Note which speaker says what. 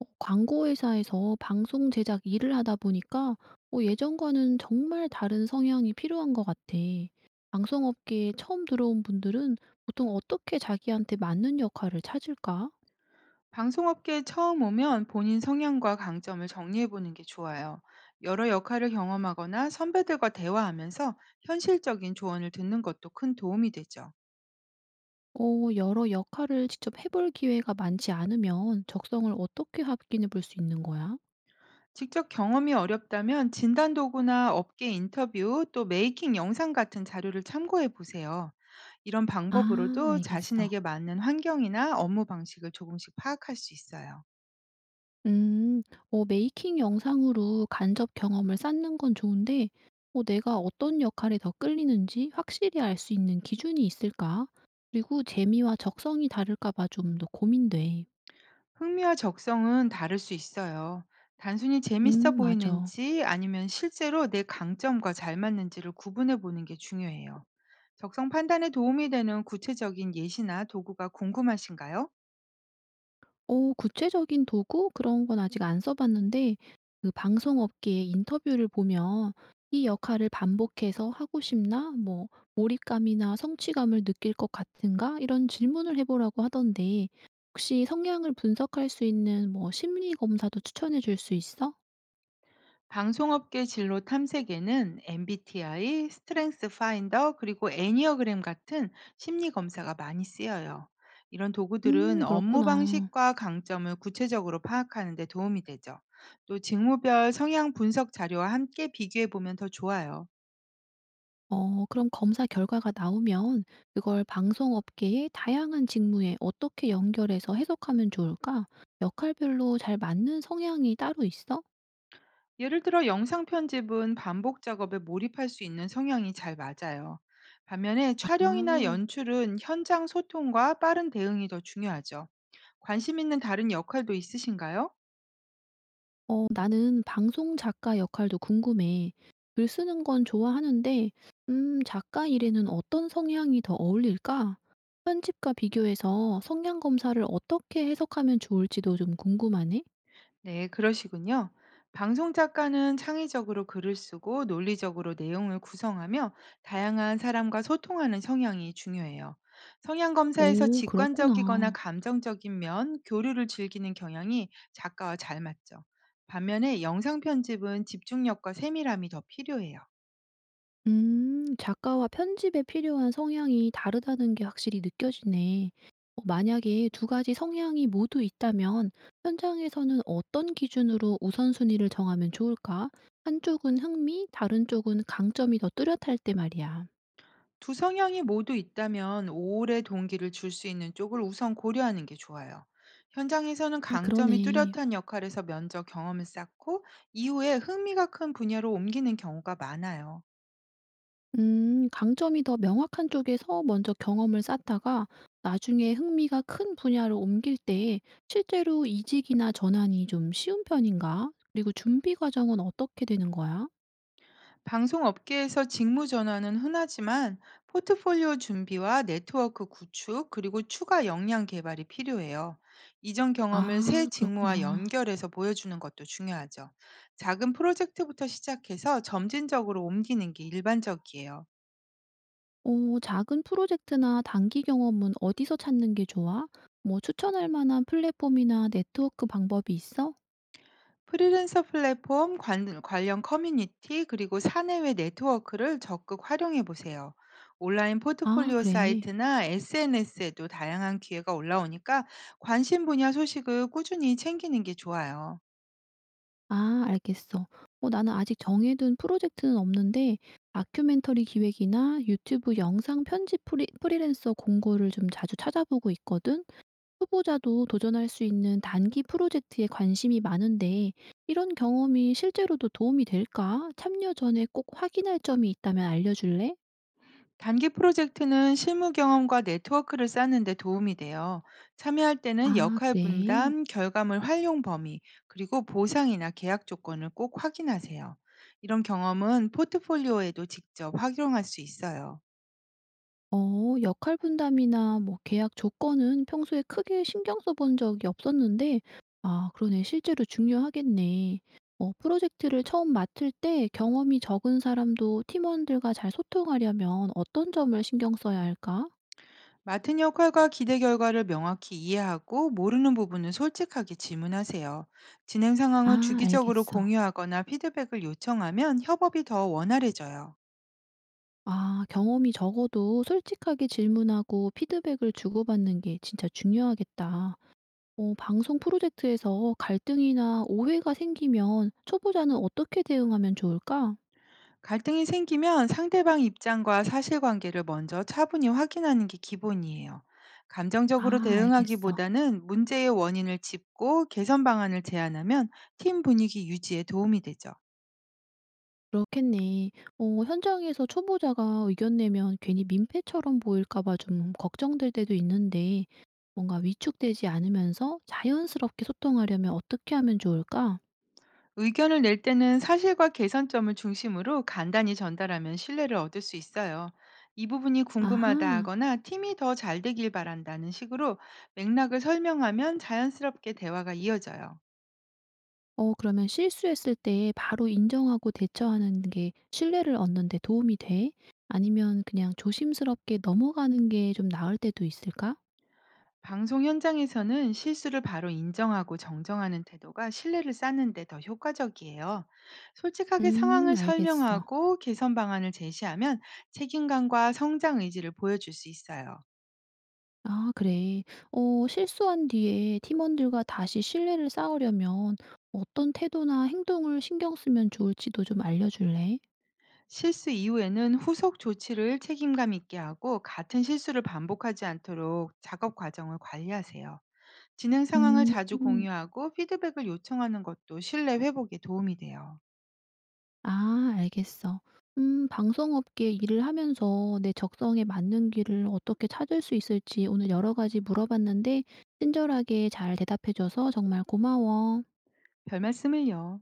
Speaker 1: 광고 회사에서 방송 제작 일을 하다 보니까 예전과는 정말 다른 성향이 필요한 것 같아. 방송업계에 처음 들어온 분들은 보통 어떻게 자기한테 맞는 역할을 찾을까?
Speaker 2: 방송업계에 처음 오면 본인 성향과 강점을 정리해 보는 게 좋아요. 여러 역할을 경험하거나 선배들과 대화하면서 현실적인 조언을 듣는 것도 큰 도움이 되죠.
Speaker 1: 어, 여러 역할을 직접 해볼 기회가 많지 않으면 적성을 어떻게 확인해 볼 수 있는 거야?
Speaker 2: 직접 경험이 어렵다면 진단 도구나 업계 인터뷰 또 메이킹 영상 같은 자료를 참고해 보세요. 이런
Speaker 1: 아,
Speaker 2: 방법으로도
Speaker 1: 알겠어.
Speaker 2: 자신에게 맞는 환경이나 업무 방식을 조금씩 파악할 수 있어요.
Speaker 1: 음. 메이킹 영상으로 간접 경험을 쌓는 건 좋은데 내가 어떤 역할에 더 끌리는지 확실히 알 수 있는 기준이 있을까? 그리고 재미와 적성이 다를까 봐 좀 더 고민돼.
Speaker 2: 흥미와 적성은 다를 수 있어요. 단순히 재밌어
Speaker 1: 음, 맞아.
Speaker 2: 보이는지 아니면 실제로 내 강점과 잘 맞는지를 구분해 보는 게 중요해요. 적성 판단에 도움이 되는 구체적인 예시나 도구가 궁금하신가요?
Speaker 1: 구체적인 도구 그런 건 아직 안 써 봤는데 그 방송업계의 인터뷰를 보면 "이 역할을 반복해서 하고 싶나?", 뭐 "몰입감이나 성취감을 느낄 것 같은가?" 이런 질문을 해 보라고 하던데 혹시 성향을 분석할 수 있는 뭐 심리 검사도 추천해 줄 수 있어?
Speaker 2: 방송업계 진로 탐색에는 MBTI, 스트렝스 파인더, 그리고 애니어그램 같은 심리 검사가 많이 쓰여요. 이런 도구들은
Speaker 1: 음,
Speaker 2: 업무
Speaker 1: 그렇구나.
Speaker 2: 방식과 강점을 구체적으로 파악하는 데 도움이 되죠. 또 직무별 성향 분석 자료와 함께 비교해 보면 더 좋아요.
Speaker 1: 그럼 검사 결과가 나오면 그걸 방송업계의 다양한 직무에 어떻게 연결해서 해석하면 좋을까? 역할별로 잘 맞는 성향이 따로 있어?
Speaker 2: 예를 들어 영상 편집은 반복 작업에 몰입할 수 있는 성향이 잘 맞아요. 반면에 촬영이나
Speaker 1: 아,
Speaker 2: 연출은 현장 소통과 빠른 대응이 더 중요하죠. 관심 있는 다른 역할도 있으신가요?
Speaker 1: 어, 나는 방송 작가 역할도 궁금해. 글 쓰는 건 좋아하는데, 작가 일에는 어떤 성향이 더 어울릴까? 편집과 비교해서 성향 검사를 어떻게 해석하면 좋을지도 좀 궁금하네?
Speaker 2: 네, 그러시군요. 방송 작가는 창의적으로 글을 쓰고 논리적으로 내용을 구성하며 다양한 사람과 소통하는 성향이 중요해요. 성향 검사에서
Speaker 1: 오,
Speaker 2: 직관적이거나
Speaker 1: 그렇구나.
Speaker 2: 감정적인 면, 교류를 즐기는 경향이 작가와 잘 맞죠. 반면에 영상 편집은 집중력과 세밀함이 더 필요해요.
Speaker 1: 음. 작가와 편집에 필요한 성향이 다르다는 게 확실히 느껴지네. 만약에 두 가지 성향이 모두 있다면 현장에서는 어떤 기준으로 우선순위를 정하면 좋을까? 한쪽은 흥미, 다른 쪽은 강점이 더 뚜렷할 때 말이야.
Speaker 2: 두 성향이 모두 있다면 오래 동기를 줄 수 있는 쪽을 우선 고려하는 게 좋아요. 현장에서는
Speaker 1: 아,
Speaker 2: 강점이
Speaker 1: 그러네.
Speaker 2: 뚜렷한 역할에서 면접 경험을 쌓고 이후에 흥미가 큰 분야로 옮기는 경우가 많아요.
Speaker 1: 음. 강점이 더 명확한 쪽에서 먼저 경험을 쌓다가 나중에 흥미가 큰 분야로 옮길 때 실제로 이직이나 전환이 좀 쉬운 편인가? 그리고 준비 과정은 어떻게 되는 거야?
Speaker 2: 방송 업계에서 직무 전환은 흔하지만 포트폴리오 준비와 네트워크 구축 그리고 추가 역량 개발이 필요해요. 이전 경험을 새
Speaker 1: 아,
Speaker 2: 직무와
Speaker 1: 그렇구나.
Speaker 2: 연결해서 보여주는 것도 중요하죠. 작은 프로젝트부터 시작해서 점진적으로 옮기는 게 일반적이에요.
Speaker 1: 작은 프로젝트나 단기 경험은 어디서 찾는 게 좋아? 뭐 추천할 만한 플랫폼이나 네트워크 방법이 있어?
Speaker 2: 프리랜서 플랫폼 관련 커뮤니티 그리고 사내외 네트워크를 적극 활용해 보세요. 온라인
Speaker 1: 아,
Speaker 2: 포트폴리오
Speaker 1: 그래.
Speaker 2: 사이트나 SNS에도 다양한 기회가 올라오니까 관심 분야 소식을 꾸준히 챙기는 게 좋아요.
Speaker 1: 아, 알겠어. 나는 아직 정해둔 프로젝트는 없는데 다큐멘터리 기획이나 유튜브 영상 편집 프리랜서 공고를 좀 자주 찾아보고 있거든. 초보자도 도전할 수 있는 단기 프로젝트에 관심이 많은데 이런 경험이 실제로도 도움이 될까? 참여 전에 꼭 확인할 점이 있다면 알려줄래?
Speaker 2: 단기 프로젝트는 실무 경험과 네트워크를 쌓는 데 도움이 돼요. 참여할 때는
Speaker 1: 아,
Speaker 2: 역할
Speaker 1: 그래.
Speaker 2: 분담, 결과물 활용 범위, 그리고 보상이나 계약 조건을 꼭 확인하세요. 이런 경험은 포트폴리오에도 직접 활용할 수 있어요.
Speaker 1: 어, 역할 분담이나 뭐 계약 조건은 평소에 크게 신경 써본 적이 없었는데, 아, 그러네. 실제로 중요하겠네. 어, 프로젝트를 처음 맡을 때 경험이 적은 사람도 팀원들과 잘 소통하려면 어떤 점을 신경 써야 할까?
Speaker 2: 맡은 역할과 기대 결과를 명확히 이해하고 모르는 부분은 솔직하게 질문하세요. 진행 상황을
Speaker 1: 아,
Speaker 2: 주기적으로
Speaker 1: 알겠어.
Speaker 2: 공유하거나 피드백을 요청하면 협업이 더 원활해져요.
Speaker 1: 아, 경험이 적어도 솔직하게 질문하고 피드백을 주고받는 게 진짜 중요하겠다. 방송 프로젝트에서 갈등이나 오해가 생기면 초보자는 어떻게 대응하면 좋을까?
Speaker 2: 갈등이 생기면 상대방 입장과 사실관계를 먼저 차분히 확인하는 게 기본이에요. 감정적으로
Speaker 1: 아, 알겠어.
Speaker 2: 대응하기보다는 문제의 원인을 짚고 개선 방안을 제안하면 팀 분위기 유지에 도움이 되죠.
Speaker 1: 그렇겠네. 현장에서 초보자가 의견 내면 괜히 민폐처럼 보일까 봐 좀 걱정될 때도 있는데 뭔가 위축되지 않으면서 자연스럽게 소통하려면 어떻게 하면 좋을까?
Speaker 2: 의견을 낼 때는 사실과 개선점을 중심으로 간단히 전달하면 신뢰를 얻을 수 있어요. 이 부분이 궁금하다
Speaker 1: 아하.
Speaker 2: 하거나 팀이 더 잘 되길 바란다는 식으로 맥락을 설명하면 자연스럽게 대화가 이어져요.
Speaker 1: 그러면 실수했을 때 바로 인정하고 대처하는 게 신뢰를 얻는 데 도움이 돼? 아니면 그냥 조심스럽게 넘어가는 게 좀 나을 때도 있을까?
Speaker 2: 방송 현장에서는 실수를 바로 인정하고 정정하는 태도가 신뢰를 쌓는데 더 효과적이에요. 솔직하게
Speaker 1: 음,
Speaker 2: 상황을
Speaker 1: 알겠어.
Speaker 2: 설명하고 개선 방안을 제시하면 책임감과 성장 의지를 보여줄 수 있어요.
Speaker 1: 아, 그래. 실수한 뒤에 팀원들과 다시 신뢰를 쌓으려면 어떤 태도나 행동을 신경 쓰면 좋을지도 좀 알려 줄래?
Speaker 2: 실수 이후에는 후속 조치를 책임감 있게 하고 같은 실수를 반복하지 않도록 작업 과정을 관리하세요. 진행 상황을
Speaker 1: 음.
Speaker 2: 자주 공유하고 피드백을 요청하는 것도 신뢰 회복에 도움이 돼요.
Speaker 1: 아, 알겠어. 음, 방송업계 일을 하면서 내 적성에 맞는 길을 어떻게 찾을 수 있을지 오늘 여러 가지 물어봤는데 친절하게 잘 대답해 줘서 정말 고마워.
Speaker 2: 별 말씀을요.